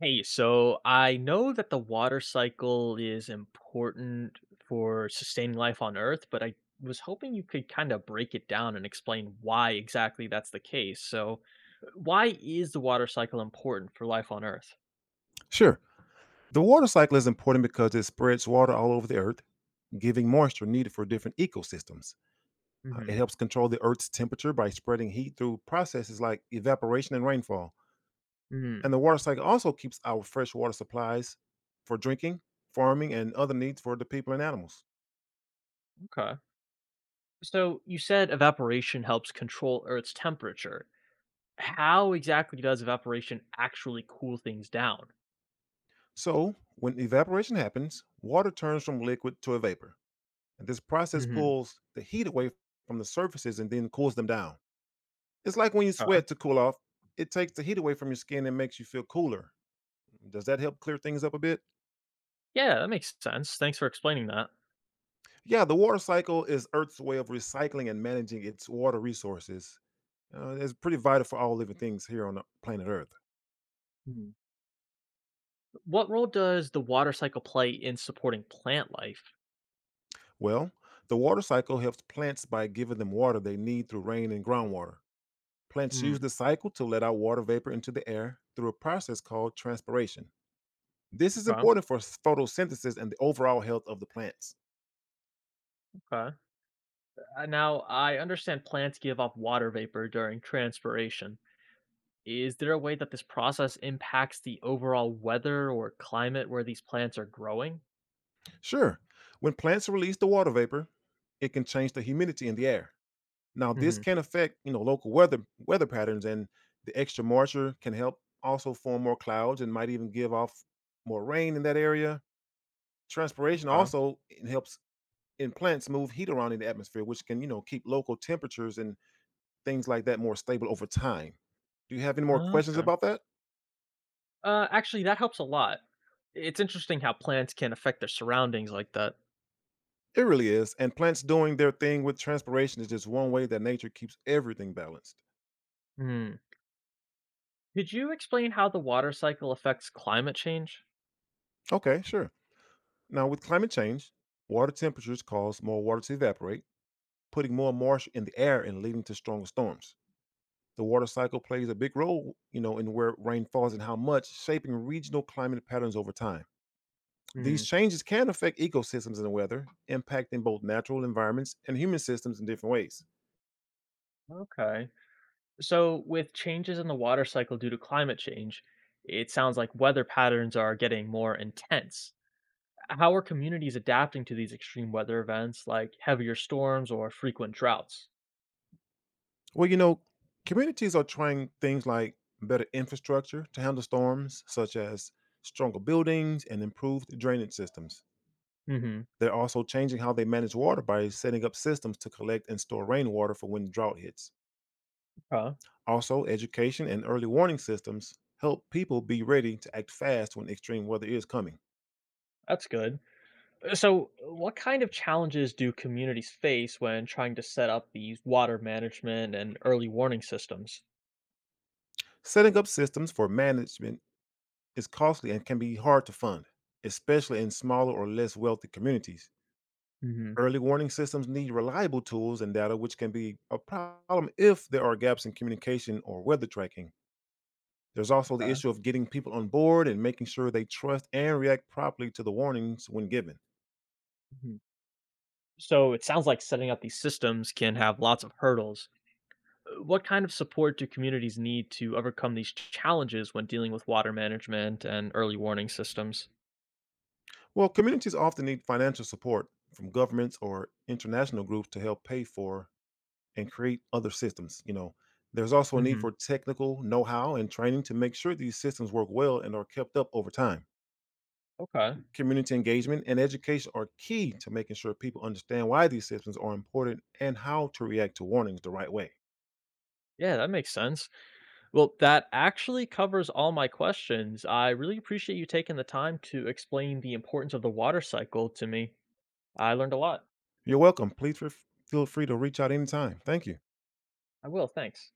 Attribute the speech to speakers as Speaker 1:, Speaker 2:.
Speaker 1: Hey, so I know that the water cycle is important for sustaining life on Earth, but I was hoping you could kind of break it down and explain why exactly that's the case. So, why is the water cycle important for life on Earth?
Speaker 2: Sure. The water cycle is important because it spreads water all over the earth, giving moisture needed for different ecosystems. It
Speaker 1: Hmm,
Speaker 2: helps control the earth's temperature by spreading heat through processes like evaporation and rainfall. And
Speaker 1: hmm.
Speaker 2: the water cycle also keeps our fresh water supplies for drinking, farming, and other needs for the people and animals.
Speaker 1: Okay. So you said evaporation helps control Earth's temperature. How exactly does evaporation actually cool things down?
Speaker 2: So, when evaporation happens, water turns from liquid to a vapor. And this process
Speaker 1: Hmm.
Speaker 2: pulls the heat away from the surfaces and then cools them down. It's like when you
Speaker 1: Uh,
Speaker 2: sweat to cool off, it takes the heat away from your skin and makes you feel cooler. Does that help clear things up a bit?
Speaker 1: yeah, that makes sense. Thanks for explaining that.
Speaker 2: Yeah, the water cycle is Earth's way of recycling and managing its water resources. It's pretty vital for all living things here on the planet Earth.
Speaker 1: What role does the water cycle play in supporting plant life?
Speaker 2: Well, the water cycle helps plants by giving them water they need through rain and groundwater. Plants
Speaker 1: Hmm.
Speaker 2: use the cycle to let out water vapor into the air through a process called transpiration. This is
Speaker 1: Okay.
Speaker 2: important for photosynthesis and the overall health of the plants.
Speaker 1: Okay. Now, I understand plants give off water vapor during transpiration. Is there a way that this process impacts the overall weather or climate where these plants are growing?
Speaker 2: Sure. When plants release the water vapor, it can change the humidity in the air. Now, this
Speaker 1: Hmm.
Speaker 2: can affect local weather patterns, and the extra moisture can help also form more clouds and might even give off more rain in that area. Transpiration
Speaker 1: Okay.
Speaker 2: also it helps in plants move heat around in the atmosphere, which can keep local temperatures and things like that more stable over time. Do you have any more questions
Speaker 1: Okay.
Speaker 2: about that?
Speaker 1: Actually, that helps a lot. It's interesting how plants can affect their surroundings like that.
Speaker 2: It really is, and plants doing their thing with transpiration is just one way that nature keeps everything balanced.
Speaker 1: Hmm. Could you explain how the water cycle affects climate change?
Speaker 2: Okay, sure. Now, with climate change, water temperatures cause more water to evaporate, putting more marsh in the air and leading to stronger storms. The water cycle plays a big role, in where rain falls and how much, shaping regional climate patterns over time. These
Speaker 1: Hmm.
Speaker 2: changes can affect ecosystems and weather, impacting both natural environments and human systems in different ways.
Speaker 1: Okay. So, with changes in the water cycle due to climate change, it sounds like weather patterns are getting more intense. How are communities adapting to these extreme weather events like heavier storms or frequent droughts?
Speaker 2: Well, communities are trying things like better infrastructure to handle storms, such as stronger buildings and improved drainage systems.
Speaker 1: Hmm.
Speaker 2: They're also changing how they manage water by setting up systems to collect and store rainwater for when drought hits.
Speaker 1: Huh,
Speaker 2: Also, education and early warning systems help people be ready to act fast when extreme weather is coming.
Speaker 1: that's good. So, what kind of challenges do communities face when trying to set up these water management and early warning systems?
Speaker 2: Setting up systems for management is costly and can be hard to fund, especially in smaller or less wealthy communities.
Speaker 1: Hmm.
Speaker 2: Early warning systems need reliable tools and data, which can be a problem if there are gaps in communication or weather tracking. There's also the
Speaker 1: Uh,
Speaker 2: issue of getting people on board and making sure they trust and react properly to the warnings when given.
Speaker 1: mhm. So, it sounds like setting up these systems can have lots of hurdles. What kind of support do communities need to overcome these challenges when dealing with water management and early warning systems?
Speaker 2: Well, communities often need financial support from governments or international groups to help pay for and create other systems. There's also a need
Speaker 1: Hmm.
Speaker 2: for technical know-how and training to make sure these systems work well and are kept up over time.
Speaker 1: Okay.
Speaker 2: Community engagement and education are key to making sure people understand why these systems are important and how to react to warnings the right way.
Speaker 1: Yeah, that makes sense. Well, that actually covers all my questions. I really appreciate you taking the time to explain the importance of the water cycle to me. I learned a lot.
Speaker 2: You're welcome. Please feel free to reach out anytime. Thank you.
Speaker 1: I will. Thanks.